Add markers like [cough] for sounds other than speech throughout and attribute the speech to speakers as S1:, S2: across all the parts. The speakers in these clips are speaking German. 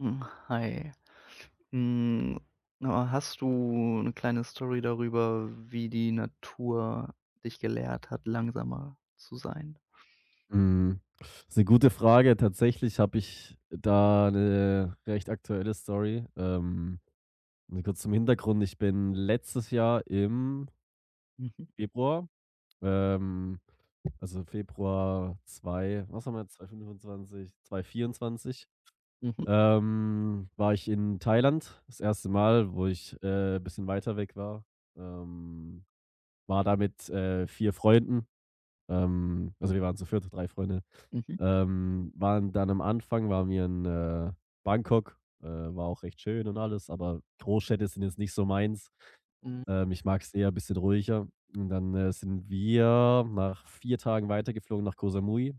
S1: Hm, hi. Hm, aber hast du eine kleine Story darüber, wie die Natur dich gelehrt hat, langsamer zu sein?
S2: Mhm. Ist 'ne gute Frage. Tatsächlich habe ich da 'ne recht aktuelle Story. Nur kurz zum Hintergrund. Ich bin letztes Jahr im
S1: Mhm,
S2: Februar, ähm also Februar 2, was haben wir jetzt? 2/25, 2/24,
S1: mhm,
S2: war ich in Thailand. Das erste Mal, wo ich, bisschen weiter weg war. Ähm, War da mit, 4 Freunden. Also wir waren zu viert, drei Freunde.
S1: mhm,
S2: Waren dann am Anfang waren wir in, Bangkok, war auch recht schön und alles, aber Großstädte sind jetzt nicht so meins.
S1: hm.
S2: Ich mag es eher ein bisschen ruhiger. Und dann, sind wir nach 4 Tagen weitergeflogen nach Koh Samui.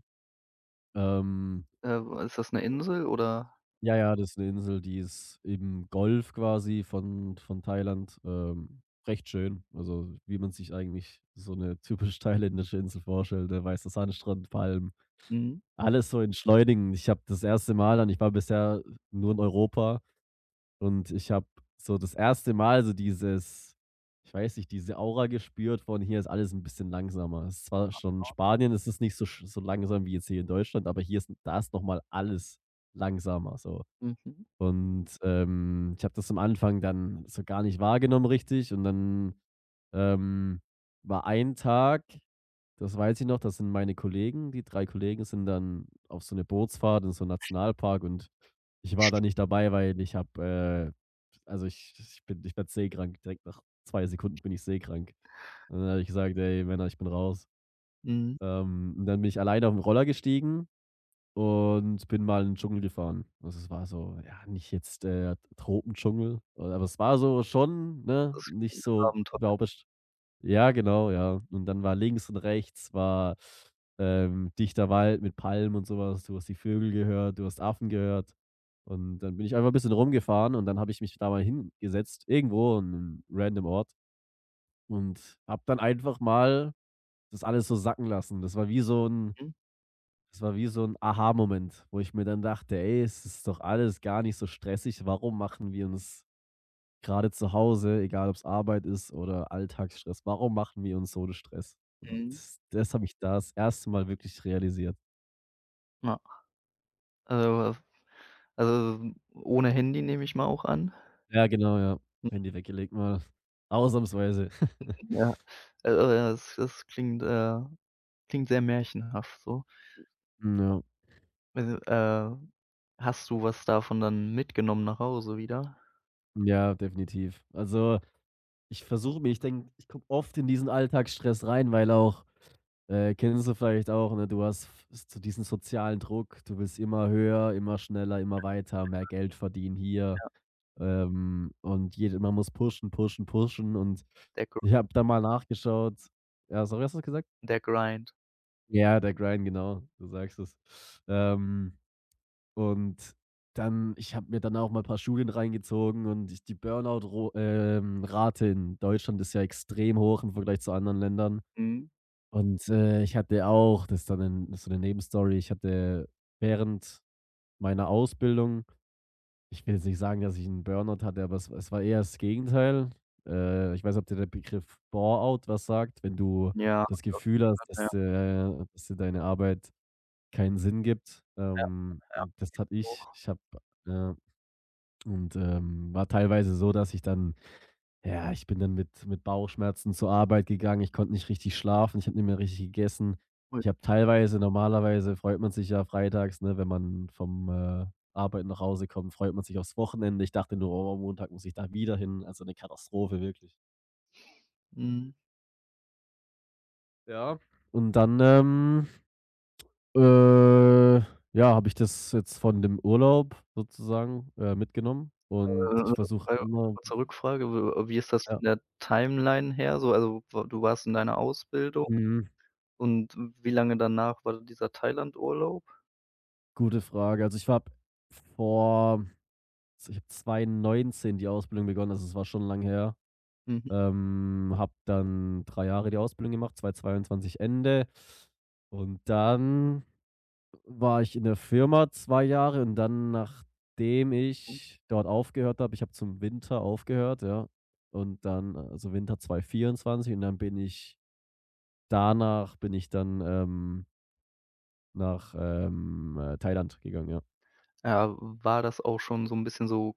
S2: Ähm,
S1: Ist das eine Insel oder?
S2: ja, ja, das ist eine Insel, die ist im Golf quasi von Thailand, recht schön. Also, wie man sich eigentlich so eine typisch [laughs] thailändische Insel vorstellt, ne? Weißer Sandstrand, Palmen.
S1: Mhm,
S2: Alles so in Schleudingen. Ich habe das erste Mal dann ich war bisher nur in Europa, und ich habe so das erste Mal so dieses, ich weiß nicht, diese Aura gespürt von: „Hier ist alles 'n bisschen langsamer." Es ist zwar schon in Spanien ist es nicht so sch so langsam wie jetzt hier in Deutschland, aber hier ist da ist noch mal alles langsamer so.
S1: mhm,
S2: Und, ich habe das am Anfang dann so gar nicht wahrgenommen richtig, und dann, ähm, war ein Tag, das weiß ich noch, das sind meine Kollegen. Die 3 Kollegen sind dann auf so 'ne Bootsfahrt in so 'n Nationalpark und ich war da nicht dabei, weil ich habe, also ich bin ich werde seekrank. Direkt nach 2 Sekunden bin ich seekrank. Und dann habe ich gesagt: „Ey Männer, ich bin raus."
S1: mhm.
S2: Und dann bin ich alleine auf 'n Roller gestiegen und bin mal in 'n Dschungel gefahren. Also, es war so, ja, nicht jetzt, Tropendschungel, aber es war so schon, ne,
S1: Das ist
S2: nicht
S1: 'n
S2: so
S1: Abenteuer.
S2: [unintelligible] Ja, genau, ja. Und dann war links und rechts war, dichter Wald mit Palmen und sowas. Du hast die Vögel gehört, du hast Affen gehört. Und dann bin ich einfach 'n bisschen rumgefahren und dann habe ich mich da mal hingesetzt, irgendwo an 'nem random Ort, und habe dann einfach mal das alles so sacken lassen.
S1: Mhm,
S2: Das war wie so ein Aha-Moment, wo ich mir dann dachte: „Ey, es ist doch alles gar nicht so stressig. Warum machen wir uns, gerade zu Hause, egal ob es Arbeit ist oder Alltagsstress, warum machen wir uns so 'n Stress? Und
S1: mhm.
S2: das habe ich da das erste Mal wirklich realisiert."
S1: Ja. Äh, also, ohne Handy nehme ich mal auch an?
S2: Ja, genau, ja. Handy weggelegt mal. Ausnahmsweise. [laughs]
S1: Ja. Es klingt, klingt sehr märchenhaft so.
S2: Ja,
S1: Also, hast du was davon dann mitgenommen nach Hause wieder?
S2: ja, definitiv. Also, ich versuche mir, ich denke, ich komme oft in diesen Alltagsstress rein, weil auch, kennst du vielleicht auch, ne, du hast f so diesen sozialen Druck, du willst immer höher, immer schneller, immer weiter, mehr Geld verdienen hier. Und jede, man muss pushen, pushen, pushen, und
S1: Der Gr
S2: ich habe da mal nachgeschaut. Ja, sorry, hast du das gesagt?
S1: der Grind.
S2: Ja, der Grind, genau, du sagst es. Ähm, und dann, ich habe mir dann auch mal 'n paar Studien reingezogen und ich, die Burnout Rate in Deutschland ist ja extrem hoch im Vergleich zu anderen Ländern.
S1: Mhm.
S2: Und, ich hatte auch, das ist dann 'nen, so eine Nebenstory. Ich hatte während meiner Ausbildung. Ich will jetzt nicht sagen, dass ich 'n Burnout hatte, aber es war eher das Gegenteil. Ich weiß nicht, ob dir der Begriff Boreout was sagt, wenn du
S1: Ja,
S2: das Gefühl hast, dass
S1: ja,
S2: dir dass dir deine Arbeit keinen Sinn gibt. Und das hatte ich.
S1: doch.
S2: Ich habe, äh und, war teilweise so, dass ich dann, ja, ich bin dann mit Bauchschmerzen zur Arbeit gegangen. Ich konnte nicht richtig schlafen. Ich habe nicht mehr richtig gegessen.
S1: Ui.
S2: Ich habe teilweise, normalerweise freut man sich ja freitags, ne, wenn man vom, Arbeiten nach Hause kommt, freut man sich aufs Wochenende. Ich dachte nur: „Oh, Montag muss ich da wieder hin." Also, eine Katastrophe, wirklich.
S1: Mhm.
S2: Ja. Und dann, ja, habe ich das jetzt von dem Urlaub sozusagen, mitgenommen und ich versuche
S1: Äh, äh,
S2: immer,
S1: Kurze Rückfrage, w wie ist das
S2: ja,
S1: von der Timeline her so? Also, w du warst in deiner Ausbildung
S2: mhm,
S1: und wie lange danach war dieser Thailandurlaub?
S2: gute Frage. Also, ich war vor, ich habe 2019 die Ausbildung begonnen, also es war schon lang her.
S1: Mhm.
S2: Habe dann 3 Jahre die Ausbildung gemacht, 2022 Ende. Und dann war ich in der Firma 2 Jahre und dann, nachdem ich dort aufgehört habe, ich habe zum Winter aufgehört, ja, und dann, also Winter 2024, und dann bin ich, danach bin ich dann, nach, Thailand gegangen, ja.
S1: Ja, war das auch schon so ein bisschen so.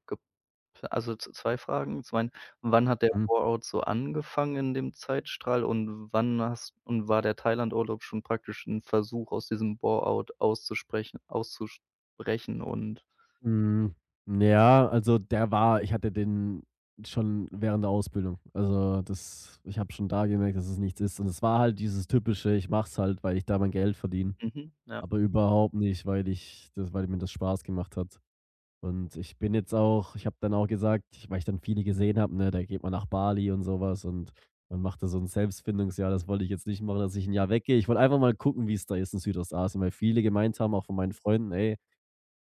S1: Also, z 2 Fragen. Zum einen, wann hat der
S2: Mhm.
S1: Fallout so angefangen in dem Zeitstrahl und wann hast und war der Thailand-Urlaub schon praktisch ein Versuch, aus diesem Fallout auszusprechen und.
S2: Hm, ja, also der war, ich hatte den schon während der Ausbildung. Also, das, ich habe schon da gemerkt, dass es nichts ist. Und es war halt dieses typische, ich mach's halt, weil ich da mein Geld verdiene,
S1: Mhm, ja,
S2: aber überhaupt nicht, weil ich das, weil mir das Spaß gemacht hat. Und ich bin jetzt auch, ich habe dann auch gesagt, ich, weil ich dann viele gesehen habe, ne, da geht man nach Bali und sowas und man macht da so ein Selbstfindungsjahr. Das wollte ich jetzt nicht machen, dass ich ein Jahr weggehe. Ich wollte einfach mal gucken, wie es da ist in Südostasien, weil viele gemeint haben, auch von meinen Freunden: „Ey,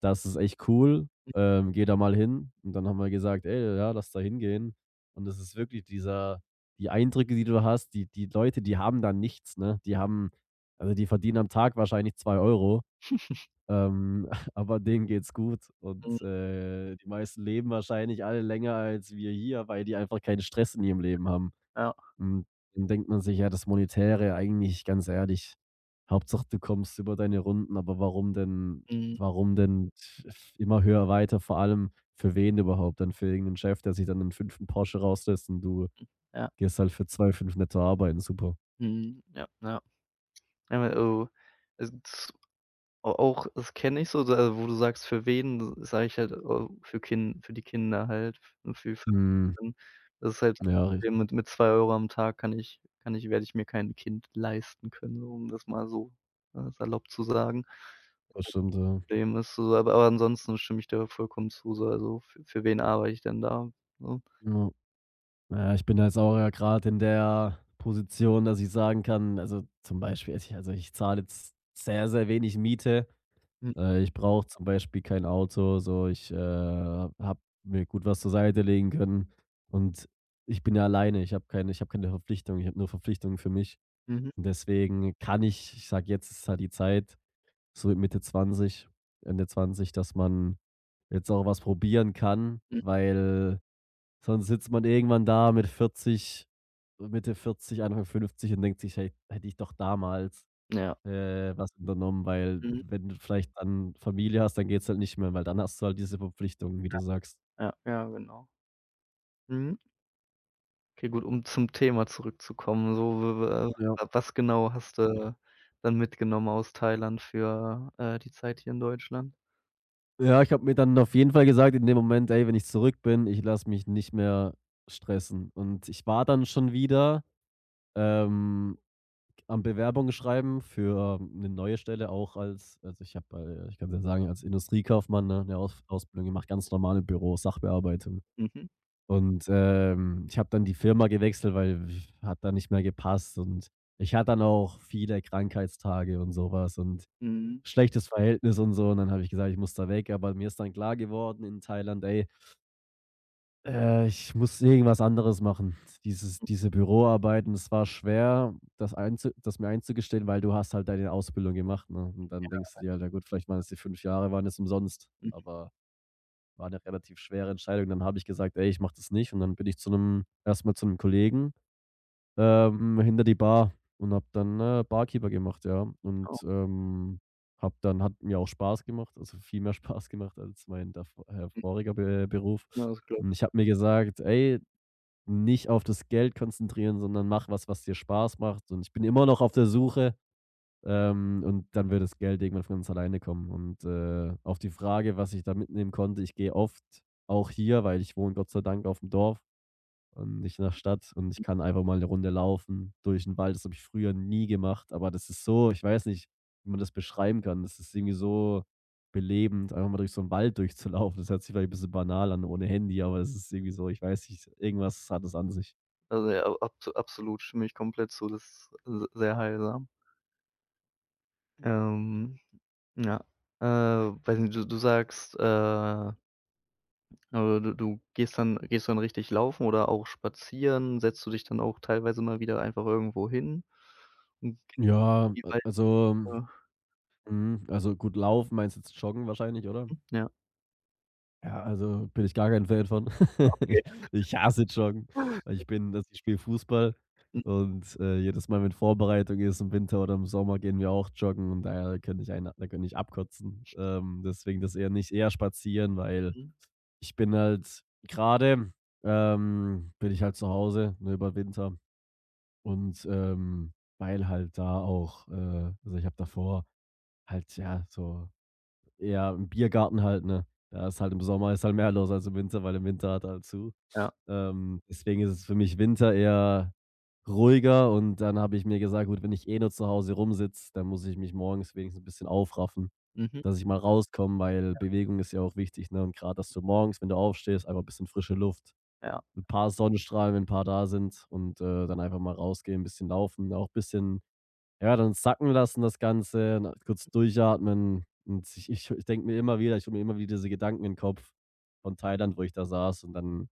S2: das ist echt cool, geh da mal hin." Und dann haben wir gesagt: „Ey, ja, lass da hingehen." Und es ist wirklich dieser, die Eindrücke, die du hast, die, die Leute, die haben da nichts, ne? Die haben, also, die verdienen am Tag wahrscheinlich 2 Euro, ähm, [laughs] aber denen geht's gut
S1: mhm,
S2: und, die meisten leben wahrscheinlich alle länger als wir hier, weil die einfach keinen Stress in ihrem Leben haben.
S1: ja,
S2: Hm, Dann denkt man sich ja das Monetäre eigentlich ganz ehrlich, Hauptsache du kommst über deine Runden, aber warum denn
S1: mhm,
S2: warum denn f immer höher, weiter, vor allem für wen überhaupt? Dann für irgendeinen Chef, der sich dann einen fünften Porsche rauslässt, und du
S1: ja,
S2: gehst halt für zwei fünf netto arbeiten, super.
S1: mhm, ja, ja. Ja, aber, oh, es Au auch das kenne ich so, da also, wo du sagst: „Für wen?" Sage ich halt, für die Kinder halt und für [unintelligible]
S2: Mhm,
S1: Das ist halt das
S2: ja, ri
S1: Problem mit 2 € am Tag kann ich werde ich mir kein Kind leisten können, so, um das mal so, salopp zu sagen.
S2: das stimmt, ja.
S1: Dem ist so, aber ansonsten stimme ich dir vollkommen zu, so also für wen arbeite ich denn da, ne?
S2: Ja. Ja, ich bin jetzt auch, ja, gerade in der Position, dass ich sagen kann, also, zum Beispiel, also also, ich zahle jetzt sehr, sehr wenig Miete.
S1: Mhm,
S2: Ich brauche zum Beispiel kein Auto, so ich, habe mir gut was zur Seite legen können und ich bin ja alleine. Ich habe keine Verpflichtungen. Ich habe nur Verpflichtungen für mich.
S1: mhm,
S2: Und deswegen kann ich sage, jetzt ist halt die Zeit, so mit Mitte 20, Ende 20, dass man jetzt auch was probieren kann,
S1: mhm.
S2: weil sonst sitzt man irgendwann da mit 40, Mitte 40, Anfang 50 und denkt sich: „Hey, hätte ich doch damals
S1: Ja,
S2: was unternommen", weil
S1: mhm,
S2: wenn du vielleicht dann Familie hast, dann geht's halt nicht mehr, weil dann hast du halt diese Verpflichtungen, wie du sagst.
S1: ja, ja, genau. Mhm. Okay, gut, um zum Thema zurückzukommen, so. W w
S2: Ja.
S1: Ja. Was genau hast du dann mitgenommen aus Thailand für, die Zeit hier in Deutschland?
S2: Ja, ich habe mir dann auf jeden Fall gesagt in dem Moment: „Ey, wenn ich zurück bin, ich lasse mich nicht mehr stressen." Und ich war dann schon wieder, ähm, am Bewerbung schreiben für, 'ne neue Stelle, auch als, also, ich habe, ich kann's ja sagen, als Industriekaufmann, ne, 'ne Ausbildung gemacht, ganz normale Büro, Sachbearbeitung.
S1: Mhm,
S2: Und, ich habe dann die Firma gewechselt, weil, hat dann nicht mehr gepasst und ich hatte dann auch viele Krankheitstage und sowas und
S1: mhm,
S2: schlechtes Verhältnis und so. Und dann habe ich gesagt, ich muss da weg, aber mir ist dann klar geworden in Thailand: „Ey, ich muss irgendwas anderes machen." Dieses, diese Büroarbeiten, es war schwer, das mir einzugestehen, weil du hast halt deine Ausbildung gemacht, ne? Und dann denkst du dir halt: „Ja gut, vielleicht waren es die, 5 Jahre waren es, umsonst."
S1: mhm.
S2: Aber, war eine relativ schwere Entscheidung. Dann habe ich gesagt: „Ey, ich mache das nicht." Und dann bin ich zu einem, erstmal zu einem Kollegen, hinter die Bar und habe dann, Barkeeper gemacht, ja.
S1: Oh,
S2: Und, habe dann, hat mir auch Spaß gemacht, also viel mehr [laughs] Spaß gemacht als mein davor, voriger Be Beruf.
S1: ja, das glaube
S2: Und
S1: ich.
S2: ich habe mir gesagt: „Ey, nicht auf das Geld konzentrieren, sondern mach was, was dir Spaß macht." Und ich bin immer noch auf der Suche, und dann wird das Geld irgendwann von uns alleine kommen. Und, auf die Frage, was ich da mitnehmen konnte: Ich gehe oft auch hier, weil ich wohne Gott sei Dank auf dem Dorf und nicht in der Stadt, und ich kann einfach mal eine Runde laufen durch den Wald. Das habe ich früher nie gemacht, aber das ist so, ich weiß nicht, wie man das beschreiben kann. Das ist irgendwie so belebend, einfach mal durch so einen Wald durchzulaufen. Das hört sich vielleicht ein bisschen banal an ohne Handy, aber es ist irgendwie so, ich weiß nicht, irgendwas hat es an sich.
S1: Also, ja, absolut, stimme ich komplett zu, das ist s sehr heilsam. Ähm, ja, weiß nicht, du sagst, also, du du gehst dann gehst du dann richtig laufen oder auch spazieren? Setzt du dich dann auch teilweise mal wieder einfach irgendwo hin und
S2: Ja,
S1: geh
S2: a
S1: weiter?
S2: also, mhm, also, gut, laufen meinst du jetzt joggen wahrscheinlich, oder?
S1: Ja,
S2: Ja, also bin ich gar kein Fan von. [laughs] Ich ich hasse Joggen,
S1: okay.
S2: weil ich bin dass ich spiele Fußball und, jedes Mal, wenn Vorbereitung ist im Winter oder im Sommer, gehen wir auch joggen und daher könnte ich abkotzen. Deswegen das eher nicht, eher spazieren, weil
S1: Mhm.
S2: ich bin halt gerade bin ich halt zu Hause, ne, über Winter und, weil halt da auch, also ich habe davor halt, ja, so ja, im Biergarten halt, ne? Da ist halt im Sommer ist halt mehr los als im Winter, weil im Winter hat halt zu.
S1: Ja.
S2: Deswegen ist es für mich Winter eher ruhiger und dann habe ich mir gesagt: „Gut, wenn ich eh nur zu Hause rumsitze, dann muss ich mich morgens wenigstens ein bisschen aufraffen,
S1: Mhm.
S2: dass ich mal rauskomme“, weil Bewegung ist ja auch wichtig, ne? Und gerade dass du morgens, wenn du aufstehst, einfach ein bisschen frische Luft,
S1: Ja,
S2: ein paar Sonnenstrahlen, wenn 'n paar da sind und, dann einfach mal rausgehen, ein bisschen laufen, auch ein bisschen ja, dann sacken lassen das Ganze, ne, kurz durchatmen und sich ich denke mir immer wieder ich hole mir immer wieder diese Gedanken in den Kopf von Thailand, wo ich da saß und dann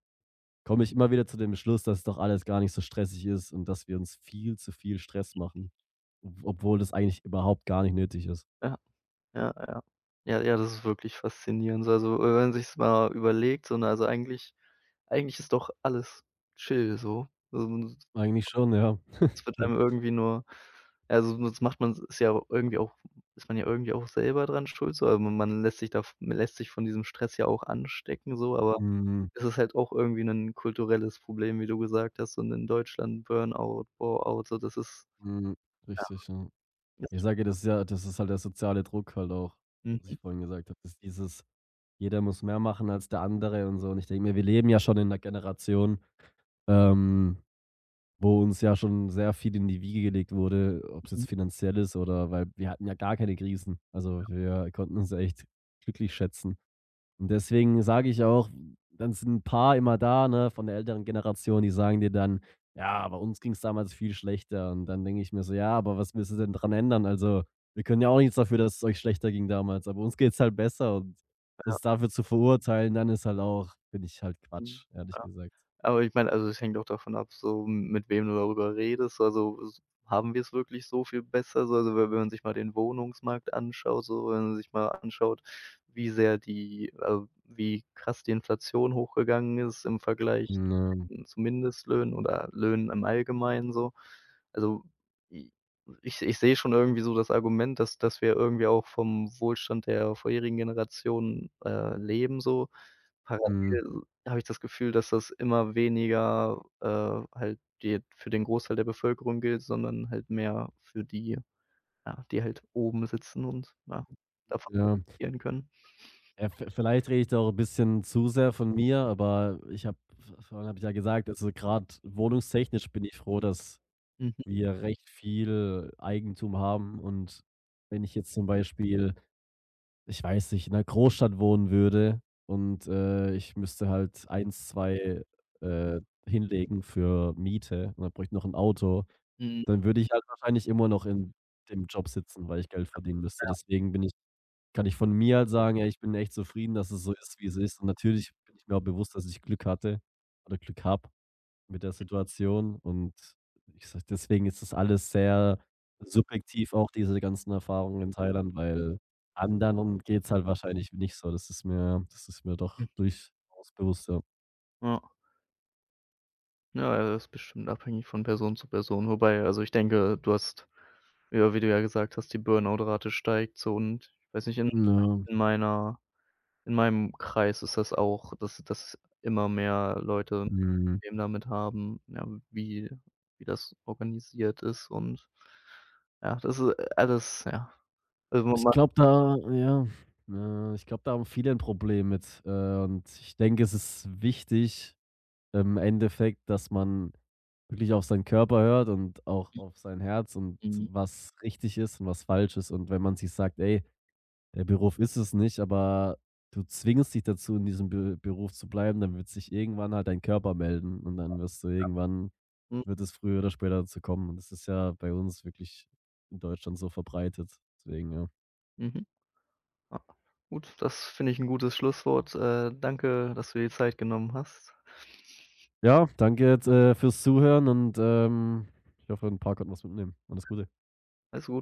S2: komme ich immer wieder zu dem Schluss, dass doch alles gar nicht so stressig ist und dass wir uns viel zu viel Stress machen, ob obwohl das eigentlich überhaupt gar nicht nötig ist.
S1: ja, ja, ja. Ja, ja, das ist wirklich faszinierend. So, also, wenn man sich's mal überlegt, so, ne, also, eigentlich ist doch alles chill so. Also, [unintelligible]
S2: Eigentlich schon, ja.
S1: es wird einem irgendwie nur ja, also, das macht man ist ja irgendwie auch, ist man ja irgendwie auch selber dran schuld so, also, man lässt sich da v man lässt sich von diesem Stress ja auch anstecken so, aber
S2: Mhm,
S1: es ist halt auch irgendwie 'nen kulturelles Problem, wie du gesagt hast, und in Deutschland Burnout, Bore-out, so, das ist
S2: mhm, richtig, ja.
S1: das.
S2: Ich sage, das ist halt der soziale Druck halt auch, was
S1: Mhm,
S2: ich vorhin gesagt habe, dass dieses: „Jeder muss mehr machen als der andere“ und so und ich denke mir, wir leben ja schon in 'ner Generation ähm, wo uns ja schon sehr viel in die Wiege gelegt wurde, ob es
S1: mhm,
S2: jetzt finanziell ist oder weil wir hatten ja gar keine Krisen. Also, wir konnten uns echt glücklich schätzen. Und deswegen sage ich auch, dann sind ein paar immer da, ne, von der älteren Generation, die sagen dir dann: „Ja, aber uns ging es damals viel schlechter.“ Und dann denke ich mir so: „Ja, aber was willst du denn dran ändern? Also, wir können ja auch nichts dafür, dass es euch schlechter ging damals, aber uns geht es halt besser.“ Und uns dafür zu verurteilen, dann ist halt auch finde ich halt
S1: mhm.
S2: Quatsch, ehrlich gesagt.
S1: Aber ich meine, also, es hängt auch davon ab, so mit wem du darüber redest. Also, s haben wir es wirklich so viel besser? So, also, we wenn man sich mal den Wohnungsmarkt anschaut, so, wenn man sich mal anschaut, wie krass die Inflation hochgegangen ist im Vergleich
S2: Ne,
S1: zu Mindestlöhnen oder Löhnen im Allgemeinen so. Also, i ich ich sehe schon irgendwie so das Argument, dass wir irgendwie auch vom Wohlstand der vorherigen Generation leben so.
S2: mhm.
S1: Parallel habe ich das Gefühl, dass das immer weniger, halt die für den Großteil der Bevölkerung gilt, sondern halt mehr für die, ja, die halt oben sitzen und, ja, davon
S2: Ja,
S1: profitieren können.
S2: ja, v vielleicht rede ich da auch ein bisschen zu sehr von mir, aber ich habe vorhin habe ich ja gesagt, also, gerade wohnungstechnisch bin ich froh, dass
S1: Mhm,
S2: wir recht viel Eigentum haben und wenn ich jetzt zum Beispiel, ich weiß nicht, in 'ner Großstadt wohnen würde und, ich müsste halt eins 2 äh, hinlegen für Miete und dann bräuchte ich noch ein Auto,
S1: mhm,
S2: dann würde ich halt wahrscheinlich immer noch in dem Job sitzen, weil ich Geld verdienen müsste. Deswegen bin ich kann ich von mir halt sagen, ey, ich bin echt zufrieden, dass es so ist, wie es ist. Und natürlich bin ich mir auch bewusst, dass ich Glück hatte oder Glück habe mit der Situation. Und ich sage, deswegen ist das alles sehr subjektiv, auch diese ganzen Erfahrungen in Thailand, weil anderen geht's halt wahrscheinlich nicht so. Das ist mir doch
S1: mhm.
S2: durchaus bewusst, ja.
S1: Ja. Ja, ja, das ist bestimmt abhängig von Person zu Person. Wobei, also, ich denke, du hast ja, wie du ja gesagt hast, die Burnout-Rate steigt so und ich weiß nicht,
S2: Ja,
S1: in meiner in meinem Kreis ist das auch, dass immer mehr Leute
S2: mhm.
S1: Problem damit haben, ja, wie das organisiert ist und ja, das ist alles, ja. Also,
S2: Ich
S1: man.
S2: glaube da ja, ich glaube, da haben viele ein Problem mit, und ich denke, es ist wichtig im Endeffekt, dass man wirklich auf seinen Körper hört und auch auf sein Herz und
S1: Mhm,
S2: was richtig ist und was falsch ist. Und wenn man sich sagt: „Ey, der Beruf ist es nicht“, aber du zwingst dich dazu, in diesem Be Beruf zu bleiben, dann wird sich irgendwann halt dein Körper melden und dann wirst du irgendwann
S1: mhm,
S2: wird es früher oder später dazu kommen. Und das ist ja bei uns wirklich in Deutschland so verbreitet. Deswegen, ja.
S1: mhm, ja. Gut, das finde ich 'n gutes Schlusswort. Danke, dass du dir die Zeit genommen hast.
S2: Ja, danke jetzt, fürs Zuhören und, ich hoffe, ein paar konnten was mitnehmen. Alles Gute.
S1: Alles gut.